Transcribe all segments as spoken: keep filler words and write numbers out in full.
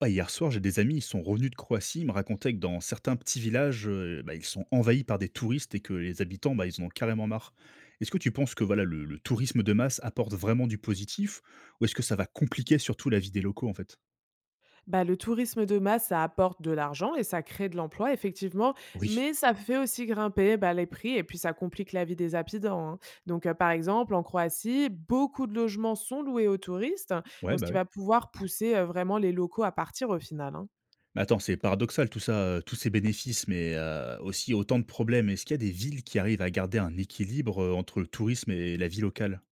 Bah, hier soir, j'ai des amis, ils sont revenus de Croatie, ils me racontaient que dans certains petits villages, heu, bah, ils sont envahis par des touristes et que les habitants, bah, ils en ont carrément marre. Est-ce que tu penses que voilà, le le tourisme de masse apporte vraiment du positif? Ou est-ce que ça va compliquer surtout la vie des locaux, en fait? Bah, le tourisme de masse, ça apporte de l'argent et ça crée de l'emploi, effectivement, Oui. mais ça fait aussi grimper bah, les prix et puis ça complique la vie des habitants, hein. Donc, euh, par exemple, en Croatie, beaucoup de logements sont loués aux touristes, Ouais, donc ce bah, qui ouais. va pouvoir pousser euh, vraiment les locaux à partir au final, hein. Mais attends, c'est paradoxal tout ça, heu, tous ces bénéfices, mais heu, aussi autant de problèmes. Est-ce qu'il y a des villes qui arrivent à garder un équilibre, heu, entre le tourisme et la vie locale?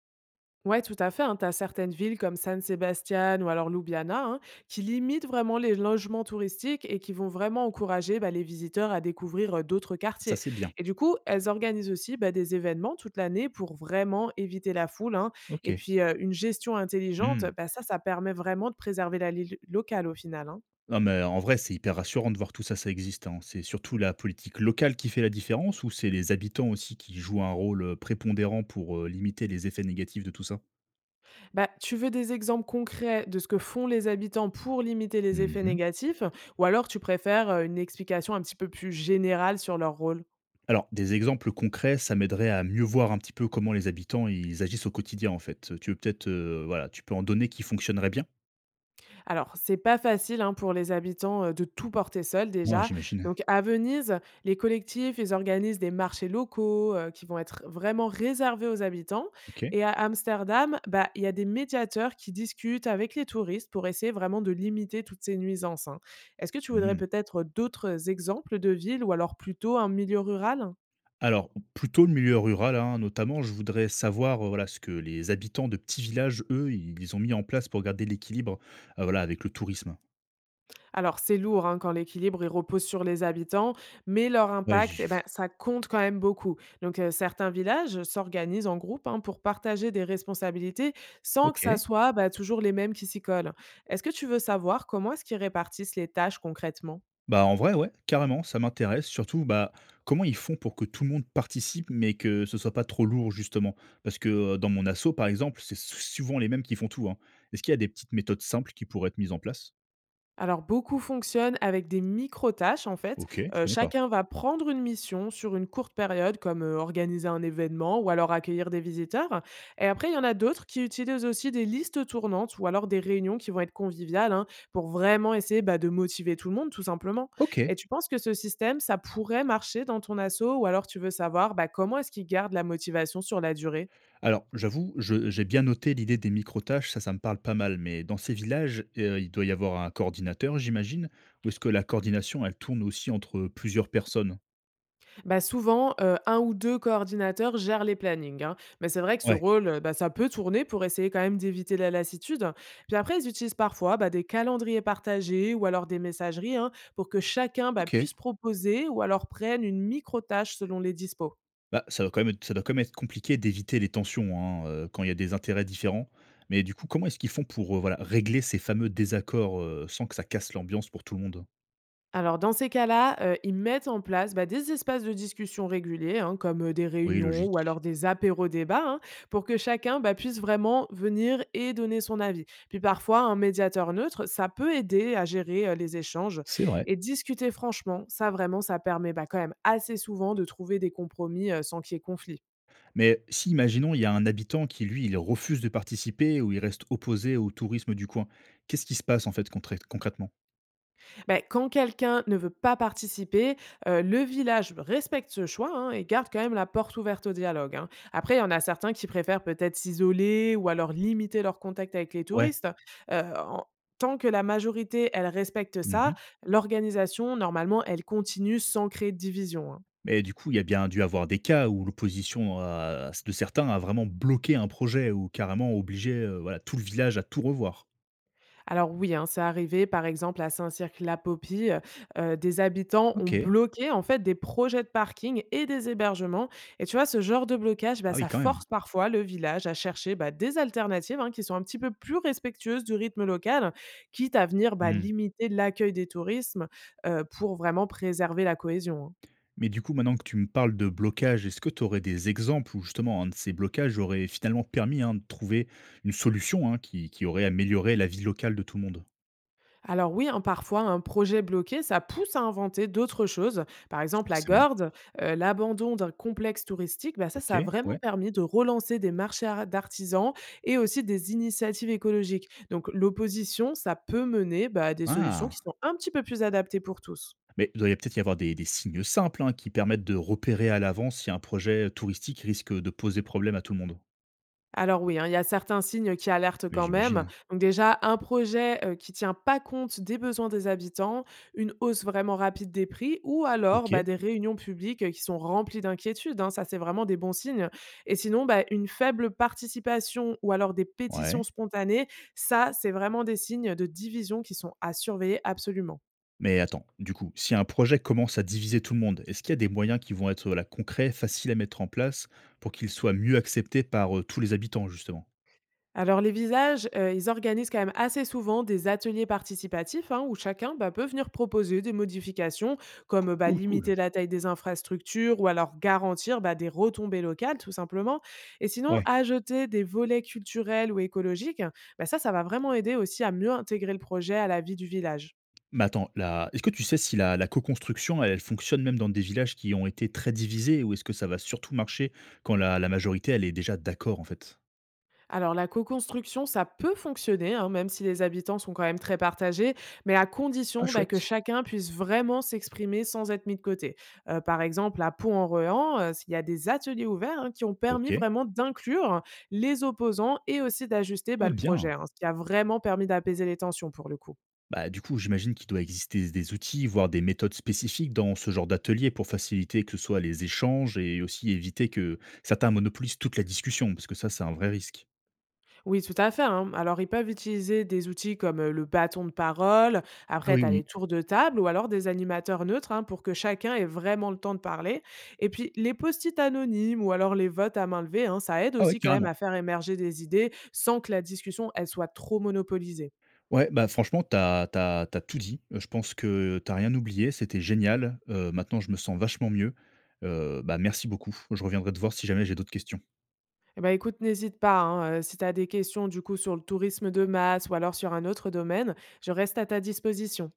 Ouais, tout à fait, hein. Tu as certaines villes comme San Sebastian ou alors Ljubljana, hein, qui limitent vraiment les logements touristiques et qui vont vraiment encourager bah, les visiteurs à découvrir euh, d'autres Ça, quartiers. c'est bien. Et du coup, elles organisent aussi bah, des événements toute l'année pour vraiment éviter la foule, hein. Et OK. puis, euh, une gestion intelligente, Mmh. bah, ça, ça permet vraiment de préserver la ville locale au final, hein. Non, mais en vrai, c'est hyper rassurant de voir tout ça, ça existe, hein. C'est surtout la politique locale qui fait la différence ou c'est les habitants aussi qui jouent un rôle euh, prépondérant pour euh, limiter les effets négatifs de tout ça? Bah, tu veux des exemples concrets de ce que font les habitants pour limiter les effets Mhm. négatifs, ou alors tu préfères euh, une explication un petit peu plus générale sur leur rôle? Alors, des exemples concrets, ça m'aiderait à mieux voir un petit peu comment les habitants ils agissent au quotidien en fait. Tu veux peut-être, euh, voilà, tu peux en donner qui fonctionnerait bien? Alors, c'est pas facile, hein, pour les habitants, heu, de tout porter seul Ouais, déjà. j'imagine. Donc à Venise, les collectifs, ils organisent des marchés locaux, heu, qui vont être vraiment réservés aux habitants, Ok. et à Amsterdam, bah, il y a des médiateurs qui discutent avec les touristes pour essayer vraiment de limiter toutes ces nuisances, hein. Est-ce que tu voudrais Hmm. peut-être d'autres exemples de villes ou alors plutôt un milieu rural? Alors, plutôt le milieu rural, hein, notamment, je voudrais savoir euh, voilà, ce que les habitants de petits villages, eux, ils ont mis en place pour garder l'équilibre euh, voilà, avec le tourisme. Alors c'est lourd, hein, quand l'équilibre, il repose sur les habitants, mais leur Ouais, impact, j eh ben, ça compte quand même beaucoup. Donc heu, certains villages s'organisent en groupe, hein, pour partager des responsabilités sans que ça OK. soit, bah, toujours les mêmes qui s'y collent. Est-ce que tu veux savoir comment est-ce qu'ils répartissent les tâches concrètement? Bah, en vrai, ouais, carrément, ça m'intéresse. Surtout, bah, comment ils font pour que tout le monde participe, mais que ce soit pas trop lourd, justement? Parce que, heu, dans mon assaut, par exemple, c'est sou souvent les mêmes qui font tout, hein. Est-ce qu'il y a des petites méthodes simples qui pourraient être mises en place? Alors, beaucoup fonctionnent avec des micro-tâches, en fait. OK, je Euh, connais pas. Chacun va prendre une mission sur une courte période, comme euh, organiser un événement ou alors accueillir des visiteurs. Et après, il y en a d'autres qui utilisent aussi des listes tournantes ou alors des réunions qui vont être conviviales, hein, pour vraiment essayer bah, de motiver tout le monde, tout simplement. Et OK. tu penses que ce système, ça pourrait marcher dans ton assaut, ou alors tu veux savoir bah, comment est-ce qu'ils gardent la motivation sur la durée? Alors, j'avoue, je j'ai bien noté l'idée des micro-tâches, ça, ça me parle pas mal, mais dans ces villages, heu, il doit y avoir un coordinateur, j'imagine? Ou est-ce que la coordination, elle tourne aussi entre plusieurs personnes? Bah, souvent, heu, un ou deux coordinateurs gèrent les plannings, hein. Mais c'est vrai que ce Ouais, rôle, heu, bah, ça peut tourner pour essayer quand même d'éviter la lassitude. Puis après, ils utilisent parfois, bah, des calendriers partagés ou alors des messageries, hein, pour que chacun, bah, OK. puisse proposer ou alors prenne une micro tâche selon les dispos. Bah, ça doit quand même être ça doit quand même être compliqué d'éviter les tensions, hein, heu, quand il y a des intérêts différents. Mais du coup, comment est-ce qu'ils font pour, heu, voilà, régler ces fameux désaccords, heu, sans que ça casse l'ambiance pour tout le monde? Alors, dans ces cas-là, heu, ils mettent en place, bah, des espaces de discussion réguliers, hein, comme, heu, des Oui, réunions ou logique. alors des apéros-débats, hein, pour que chacun, bah, puisse vraiment venir et donner son avis. Puis parfois, un médiateur neutre, ça peut aider à gérer, heu, les échanges, C'est vrai. et discuter franchement, ça vraiment, ça permet, bah, quand même assez souvent de trouver des compromis, heu, sans qu'il y ait conflit. Mais si, imaginons, il y a un habitant qui, lui, il refuse de participer ou il reste opposé au tourisme du coin, qu'est-ce qui se passe, en fait, contrét concrètement? Ben quand quelqu'un ne veut pas participer, heu, le village respecte ce choix, hein, et garde quand même la porte ouverte au dialogue, hein. Après, il y en a certains qui préfèrent peut-être s'isoler ou alors limiter leur contact avec les Ouais. touristes. Heu, en tant que la majorité, elle respecte ça, Mmh. l'organisation, normalement, elle continue sans créer de division, hein. Mais du coup, il y a bien dû avoir des cas où l'opposition à de certains a vraiment bloqué un projet ou carrément obligé, heu, voilà, tout le village à tout revoir. Alors oui, hein, c'est arrivé par exemple à Saint-Cirq-la-Popie, heu, heu, des habitants ont OK. bloqué en fait des projets de parking et des hébergements, et tu vois ce genre de blocage, bah, Ah oui, ça quand même. force parfois le village à chercher, bah, des alternatives, hein, qui sont un petit peu plus respectueuses du rythme local, quitte à venir, bah, Mmh. limiter l'accueil des tourismes, heu, pour vraiment préserver la cohésion, hein. Mais du coup, maintenant que tu me parles de blocage, est-ce que tu aurais des exemples où justement un de ces blocages aurait finalement permis hein, de trouver une solution hein, qui, qui aurait amélioré la vie locale de tout le monde? Alors oui, hein, parfois un projet bloqué, ça pousse à inventer d'autres choses. Par exemple, la Forcément. Gordes, euh, l'abandon d'un complexe touristique, bah ça, OK, ça a vraiment ouais. permis de relancer des marchés ar- d'artisans et aussi des initiatives écologiques. Donc l'opposition, ça peut mener bah, à des solutions Ah! qui sont un petit peu plus adaptées pour tous. Mais il doit y peut-être y avoir des, des signes simples hein, qui permettent de repérer à l'avance si un projet touristique risque de poser problème à tout le monde. Alors oui, hein, il y a certains signes qui alertent Mais quand même. j'imagine. Donc déjà, un projet euh, qui tient pas compte des besoins des habitants, une hausse vraiment rapide des prix, ou alors OK, bah, des réunions publiques euh, qui sont remplies d'inquiétudes, hein, ça, c'est vraiment des bons signes. Et sinon, bah, une faible participation ou alors des pétitions ouais. spontanées, ça, c'est vraiment des signes de division qui sont à surveiller absolument. Mais attends, du coup, si un projet commence à diviser tout le monde, est-ce qu'il y a des moyens qui vont être, voilà, concrets, faciles à mettre en place pour qu'ils soient mieux acceptés par, heu, tous les habitants, justement? Alors les visages, heu, ils organisent quand même assez souvent des ateliers participatifs, hein, où chacun, bah, peut venir proposer des modifications comme, bah, Cool, cool. limiter la taille des infrastructures ou alors garantir, bah, des retombées locales tout simplement, et sinon Ouais. ajouter des volets culturels ou écologiques, bah, ça, ça va vraiment aider aussi à mieux intégrer le projet à la vie du village. Mais attends, la est-ce que tu sais si la la co-construction, elle elle fonctionne même dans des villages qui ont été très divisés ou est-ce que ça va surtout marcher quand la la majorité, elle est déjà d'accord, en fait? Alors la co-construction, ça peut fonctionner, hein, même si les habitants sont quand même très partagés, mais à Ah condition bah, que chouette. chacun puisse vraiment s'exprimer sans être mis de côté. Euh, par exemple, à Pont-en-Ruan, euh, il y a des ateliers ouverts hein, qui ont permis OK. vraiment d'inclure les opposants et aussi d'ajuster bah, Ah le bien. projet, hein, ce qui a vraiment permis d'apaiser les tensions pour le coup. Bah, du coup, j'imagine qu'il doit exister des outils, voire des méthodes spécifiques dans ce genre d'atelier pour faciliter que ce soit les échanges et aussi éviter que certains monopolisent toute la discussion, parce que ça, c'est un vrai risque. Oui, tout à fait, hein. Alors, ils peuvent utiliser des outils comme euh, le bâton de parole, Ah après, oui, tu as les oui. tours de table ou alors des animateurs neutres, hein, pour que chacun ait vraiment le temps de parler. Et puis, les post-it anonymes ou alors les votes à main levée, hein, ça aide Ah ouais, aussi quand même carrément. à faire émerger des idées sans que la discussion, elle soit trop monopolisée. Ouais, bah franchement, t'as, t'as, t'as tout dit. Euh, Je pense que t'as rien oublié. C'était génial. Euh, maintenant, je me sens vachement mieux. Euh, bah merci beaucoup. Je reviendrai te voir si jamais j'ai d'autres questions. Eh ben, écoute, n'hésite pas, hein, euh, si tu as des questions du coup sur le tourisme de masse ou alors sur un autre domaine, je reste à ta disposition.